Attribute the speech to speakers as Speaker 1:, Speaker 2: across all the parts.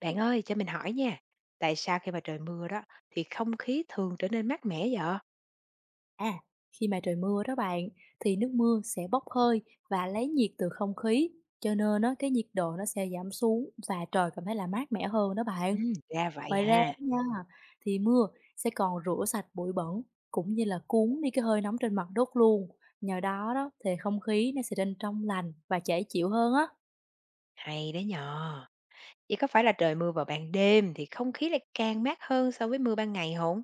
Speaker 1: Bạn ơi, cho mình hỏi nha, tại sao khi mà trời mưa đó thì không khí thường trở nên mát mẻ vậy?
Speaker 2: À, khi mà trời mưa đó bạn, thì nước mưa sẽ bốc hơi và lấy nhiệt từ không khí, cho nên cái nhiệt độ nó sẽ giảm xuống và trời cảm thấy là mát mẻ hơn đó bạn.
Speaker 1: Ừm. Ra vậy
Speaker 2: Ngoài ra
Speaker 1: ha,
Speaker 2: nha, thì mưa sẽ còn rửa sạch bụi bẩn, cũng như là cuốn đi cái hơi nóng trên mặt đất luôn. Nhờ đó đó thì không khí nó sẽ nên trong lành và dễ chịu hơn á.
Speaker 1: hay đấy nhờ. Vậy có phải là trời mưa vào ban đêm thì không khí lại càng mát hơn so với mưa ban ngày không?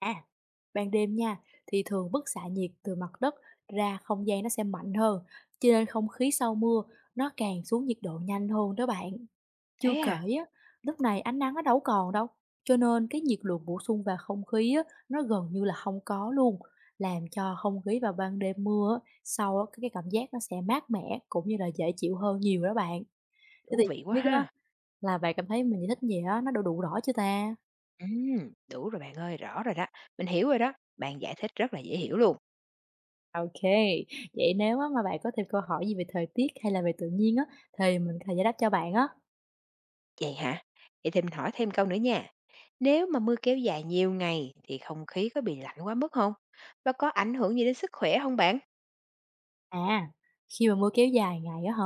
Speaker 2: À, ban đêm nha, thì thường bức xạ nhiệt từ mặt đất ra không gian nó sẽ mạnh hơn, cho nên không khí sau mưa nó càng xuống nhiệt độ nhanh hơn đó bạn. Chưa
Speaker 1: Thế
Speaker 2: kể
Speaker 1: à,
Speaker 2: á, lúc này ánh nắng nó đâu còn đâu, cho nên cái nhiệt lượng bổ sung vào không khí á, nó gần như là không có luôn, làm cho không khí vào ban đêm mưa á, sau á cái cảm giác nó sẽ mát mẻ, cũng như là dễ chịu hơn nhiều đó bạn. Thế thì
Speaker 1: thú vị
Speaker 2: hông
Speaker 1: quá
Speaker 2: biết á,
Speaker 1: ha.
Speaker 2: là bạn cảm thấy mình giải thích gì á, nó đủ đủ rõ chưa ta?
Speaker 1: Đủ rồi bạn ơi, rõ rồi đó, mình hiểu rồi đó, bạn giải thích rất là dễ hiểu luôn.
Speaker 2: Ok, vậy nếu á mà bạn có thêm câu hỏi gì về thời tiết hay là về tự nhiên á, thì mình có thể giải đáp cho bạn á.
Speaker 1: Vậy hả? Vậy thì mình hỏi thêm câu nữa nha, nếu mà mưa kéo dài nhiều ngày thì không khí có bị lạnh quá mức không? Và có ảnh hưởng gì đến sức khỏe không bạn?
Speaker 2: À, khi mà mưa kéo dài ngày á hả,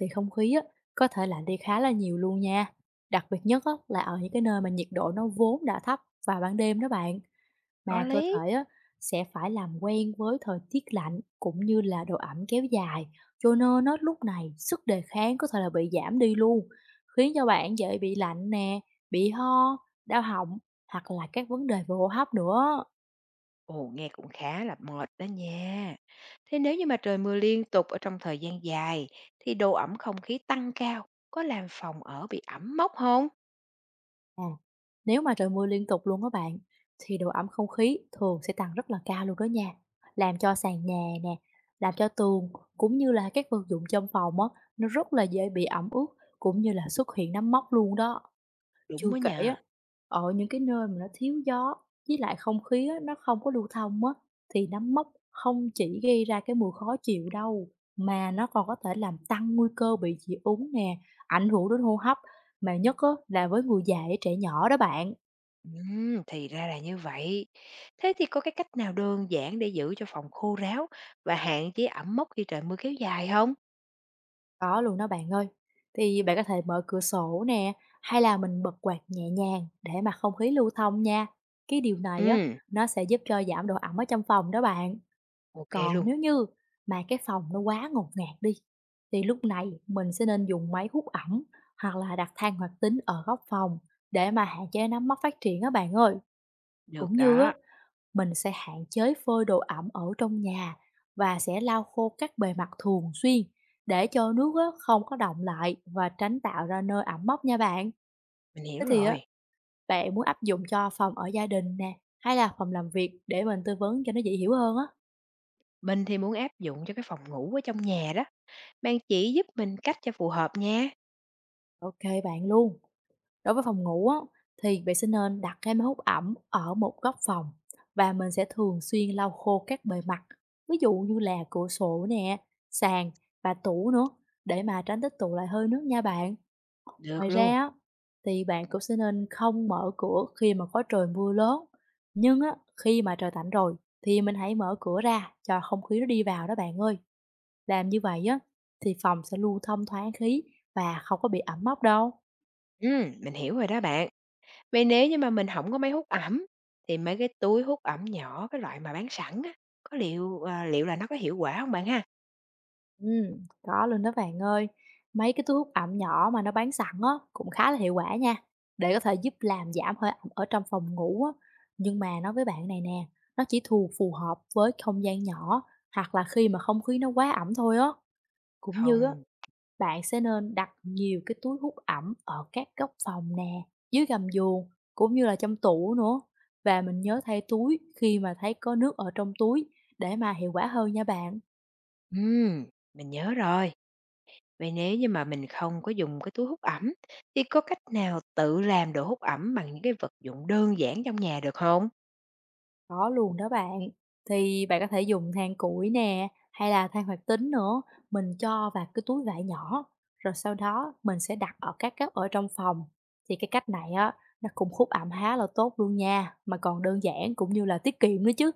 Speaker 2: thì không khí á có thể lạnh đi khá là nhiều luôn nha. Đặc biệt nhất á là ở những cái nơi mà nhiệt độ nó vốn đã thấp vào ban đêm đó bạn,
Speaker 1: Có
Speaker 2: mà cơ
Speaker 1: lý.
Speaker 2: thể á sẽ phải làm quen với thời tiết lạnh, cũng như là độ ẩm kéo dài, cho nên nó lúc này sức đề kháng có thể là bị giảm đi luôn, khiến cho bạn dễ bị lạnh nè, bị ho, đau họng, hoặc là các vấn đề về hô hấp nữa.
Speaker 1: Ồ, nghe cũng khá là mệt đó nha. Thế nếu như mà trời mưa liên tục ở trong thời gian dài thì độ ẩm không khí tăng cao, có làm phòng ở bị ẩm mốc không?
Speaker 2: À, nếu mà trời mưa liên tục luôn á bạn, thì độ ẩm không khí thường sẽ tăng rất là cao luôn đó nha. Làm cho sàn nhà nè, làm cho tường, cũng như là các vật dụng trong phòng á, nó rất là dễ bị ẩm ướt, cũng như là xuất hiện nấm mốc luôn đó. Chưa
Speaker 1: Đúng đó
Speaker 2: kể á,
Speaker 1: nha.
Speaker 2: ở những cái nơi mà nó thiếu gió, với lại không khí á, nó không có lưu thông á, thì nấm mốc không chỉ gây ra cái mùi khó chịu đâu, mà nó còn có thể làm tăng nguy cơ bị dị ứng nè, ảnh hưởng đến hô hấp, mà nhất á, là với người già, với trẻ nhỏ đó bạn.
Speaker 1: Thì ra là như vậy. Thế thì có cái cách nào đơn giản để giữ cho phòng khô ráo và hạn chế ẩm mốc khi trời mưa kéo dài không?
Speaker 2: Có luôn đó bạn ơi. Thì bạn có thể mở cửa sổ nè, hay là mình bật quạt nhẹ nhàng để mà không khí lưu thông nha. Cái điều này á,
Speaker 1: Ừ,
Speaker 2: nó sẽ giúp cho giảm độ ẩm ở trong phòng đó bạn.
Speaker 1: ok
Speaker 2: Còn
Speaker 1: luôn.
Speaker 2: nếu như mà cái phòng nó quá ngột ngạt đi, thì lúc này mình sẽ nên dùng máy hút ẩm, hoặc là đặt than hoạt tính ở góc phòng để mà hạn chế nấm mốc phát triển á bạn ơi. Cũng
Speaker 1: Được
Speaker 2: như á,
Speaker 1: đó,
Speaker 2: mình sẽ hạn chế phơi đồ ẩm ở trong nhà, và sẽ lau khô các bề mặt thường xuyên để cho nước á, không có đọng lại và tránh tạo ra nơi ẩm mốc nha bạn.
Speaker 1: mình
Speaker 2: Thế
Speaker 1: hiểu
Speaker 2: thì á,
Speaker 1: rồi.
Speaker 2: bạn muốn áp dụng cho phòng ở gia đình nè, hay là phòng làm việc, để mình tư vấn cho nó dễ hiểu hơn á?
Speaker 1: Mình thì muốn áp dụng cho cái phòng ngủ ở trong nhà đó. Bạn chỉ giúp mình cách cho phù hợp nha.
Speaker 2: Ok bạn luôn. Đối với phòng ngủ á, thì bạn sẽ nên đặt cái máy hút ẩm ở một góc phòng, và mình sẽ thường xuyên lau khô các bề mặt, ví dụ như là cửa sổ nè, sàn và tủ nữa, để mà tránh tích tụ lại hơi nước nha bạn. Ngoài
Speaker 1: Được
Speaker 2: ra
Speaker 1: luôn.
Speaker 2: á, thì bạn cũng sẽ nên không mở cửa khi mà có trời mưa lớn. Nhưng á, khi mà trời tạnh rồi, thì mình hãy mở cửa ra cho không khí nó đi vào đó bạn ơi. Làm như vậy á, thì phòng sẽ luôn thông thoáng khí và không có bị ẩm mốc đâu.
Speaker 1: Ừ, mình hiểu rồi đó bạn. Vậy nếu như mà mình không có máy hút ẩm, thì mấy cái túi hút ẩm nhỏ, cái loại mà bán sẵn á, có liệu là nó có hiệu quả không bạn ha?
Speaker 2: Có luôn đó bạn ơi. Mấy cái túi hút ẩm nhỏ mà nó bán sẵn á, cũng khá là hiệu quả nha, để có thể giúp làm giảm hơi ẩm ở trong phòng ngủ á. Nhưng mà nói với bạn này nè, nó chỉ thuộc phù hợp với không gian nhỏ, hoặc là khi mà không khí nó quá ẩm thôi á. Cũng như á,
Speaker 1: Không.
Speaker 2: bạn sẽ nên đặt nhiều cái túi hút ẩm ở các góc phòng nè, dưới gầm giường, cũng như là trong tủ nữa. Và mình nhớ thay túi khi mà thấy có nước ở trong túi để mà hiệu quả hơn nha bạn.
Speaker 1: Ừm, mình nhớ rồi. Vậy nếu như mà mình không có dùng cái túi hút ẩm, thì có cách nào tự làm đồ hút ẩm bằng những cái vật dụng đơn giản trong nhà được không?
Speaker 2: Có luôn đó bạn. Thì bạn có thể dùng than củi nè, hay là than hoạt tính nữa, mình cho vào cái túi vải nhỏ, rồi sau đó mình sẽ đặt ở các góc ở trong phòng. Thì cái cách này á, nó cũng hút ẩm khá là tốt luôn nha, mà còn đơn giản, cũng như là tiết kiệm nữa chứ.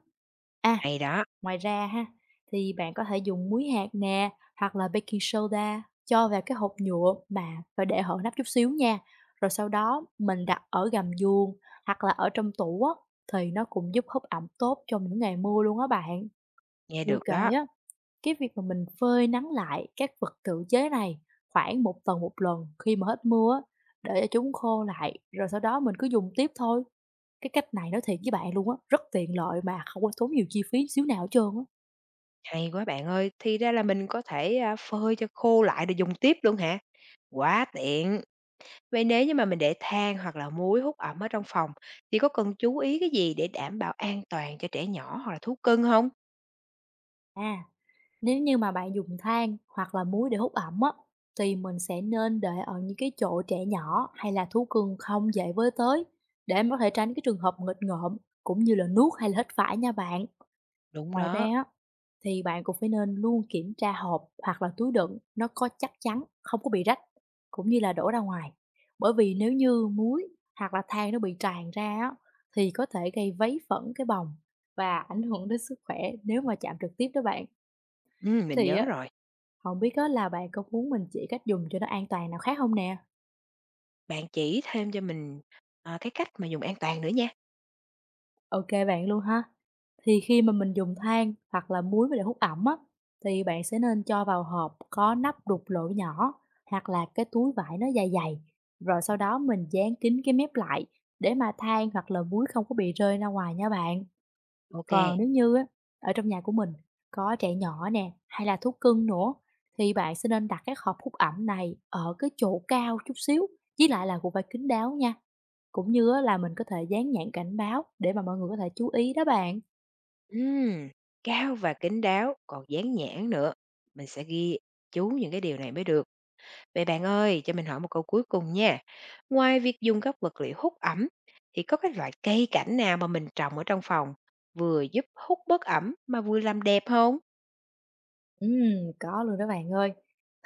Speaker 2: À,
Speaker 1: Hay đó,
Speaker 2: ngoài ra ha, thì bạn có thể dùng muối hạt nè, hoặc là baking soda cho vào cái hộp nhựa, mà phải để hở nắp chút xíu nha. Rồi sau đó mình đặt ở gầm giường, hoặc là ở trong tủ á, thì nó cũng giúp hút ẩm tốt trong những ngày mưa luôn á bạn.
Speaker 1: nghe
Speaker 2: Chưa
Speaker 1: được
Speaker 2: kể
Speaker 1: đó,
Speaker 2: á, cái việc mà mình phơi nắng lại các vật tự chế này khoảng một tuần một lần khi mà hết mưa á, để cho chúng khô lại, rồi sau đó mình cứ dùng tiếp thôi. Cái cách này nói thiệt với bạn luôn á, rất tiện lợi mà không có tốn nhiều chi phí xíu nào hết trơn á.
Speaker 1: hay quá bạn ơi, thì ra là mình có thể, a, phơi cho khô lại rồi dùng tiếp luôn hả? Quá tiện! Vậy nếu như mà mình để than hoặc là muối hút ẩm ở trong phòng thì có cần chú ý cái gì để đảm bảo an toàn cho trẻ nhỏ hoặc là thú cưng không?
Speaker 2: À. Nếu như mà bạn dùng than hoặc là muối để hút ẩm á, thì mình sẽ nên để ở những cái chỗ trẻ nhỏ hay là thú cưng không dễ với tới, để mà có thể tránh cái trường hợp nghịch ngợm, cũng như là nuốt hay là hít phải nha bạn.
Speaker 1: Đúng
Speaker 2: Ngoài ra
Speaker 1: đó.
Speaker 2: á, thì bạn cũng phải nên luôn kiểm tra hộp hoặc là túi đựng nó có chắc chắn, không có bị rách, cũng như là đổ ra ngoài. Bởi vì nếu như muối hoặc là than nó bị tràn ra á, thì có thể gây vấy phẫn cái bồng và ảnh hưởng đến sức khỏe nếu mà chạm trực tiếp đó bạn.
Speaker 1: Mình
Speaker 2: Thì
Speaker 1: nhớ
Speaker 2: á,
Speaker 1: rồi.
Speaker 2: không biết á là bạn có muốn mình chỉ cách dùng cho nó an toàn nào khác không nè?
Speaker 1: Bạn chỉ thêm cho mình, cái cách mà dùng an toàn nữa nha.
Speaker 2: OK bạn luôn ha. Thì khi mà mình dùng than hoặc là muối mà để hút ẩm á, thì bạn sẽ nên cho vào hộp có nắp đục lỗ nhỏ, hoặc là cái túi vải nó dày dày, rồi sau đó mình dán kín cái mép lại, để mà than hoặc là muối không có bị rơi ra ngoài nha bạn.
Speaker 1: Ok.
Speaker 2: Còn nếu như á, ở trong nhà của mình có trẻ nhỏ nè, hay là thú cưng nữa, thì bạn sẽ nên đặt cái hộp hút ẩm này ở cái chỗ cao chút xíu, với lại là cũng phải kín đáo nha, cũng như á, là mình có thể dán nhãn cảnh báo để mà mọi người có thể chú ý đó bạn.
Speaker 1: Ừm, cao và kín đáo, còn dán nhãn nữa. Mình sẽ ghi chú những cái điều này mới được. Vậy bạn ơi, cho mình hỏi một câu cuối cùng nha. Ngoài việc dùng các vật liệu hút ẩm, thì có cái loại cây cảnh nào mà mình trồng ở trong phòng vừa giúp hút bớt ẩm mà vừa làm đẹp không?
Speaker 2: Ừm, có luôn đó bạn ơi.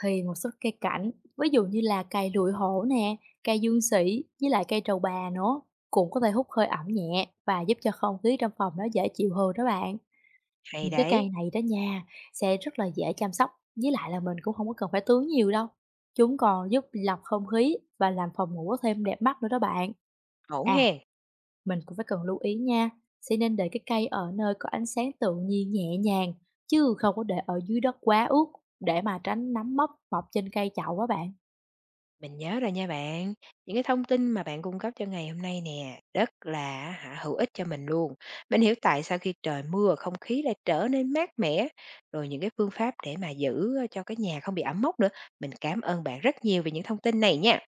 Speaker 2: Thì một số cây cảnh, ví dụ như là cây lụi hổ nè, cây dương sỉ, với lại cây trầu bà nữa, cũng có thể hút hơi ẩm nhẹ và giúp cho không khí trong phòng nó dễ chịu hơn đó bạn.
Speaker 1: Hay
Speaker 2: Những cái cây
Speaker 1: đấy,
Speaker 2: này đó nha, sẽ rất là dễ chăm sóc, với lại là mình cũng không có cần phải tưới nhiều đâu. Chúng còn giúp lọc không khí và làm phòng ngủ thêm đẹp mắt nữa đó bạn.
Speaker 1: ổn
Speaker 2: À,
Speaker 1: hen.
Speaker 2: mình cũng phải cần lưu ý nha, sẽ nên để cái cây ở nơi có ánh sáng tự nhiên nhẹ nhàng, chứ không có để ở dưới đất quá ướt, để mà tránh nấm mốc mọc trên cây chậu á bạn.
Speaker 1: Mình nhớ rồi nha bạn. Những cái thông tin mà bạn cung cấp cho ngày hôm nay nè, rất là hữu ích cho mình luôn. Mình hiểu tại sao khi trời mưa không khí lại trở nên mát mẻ, rồi những cái phương pháp để mà giữ cho cái nhà không bị ẩm mốc nữa. Mình cảm ơn bạn rất nhiều về những thông tin này nha.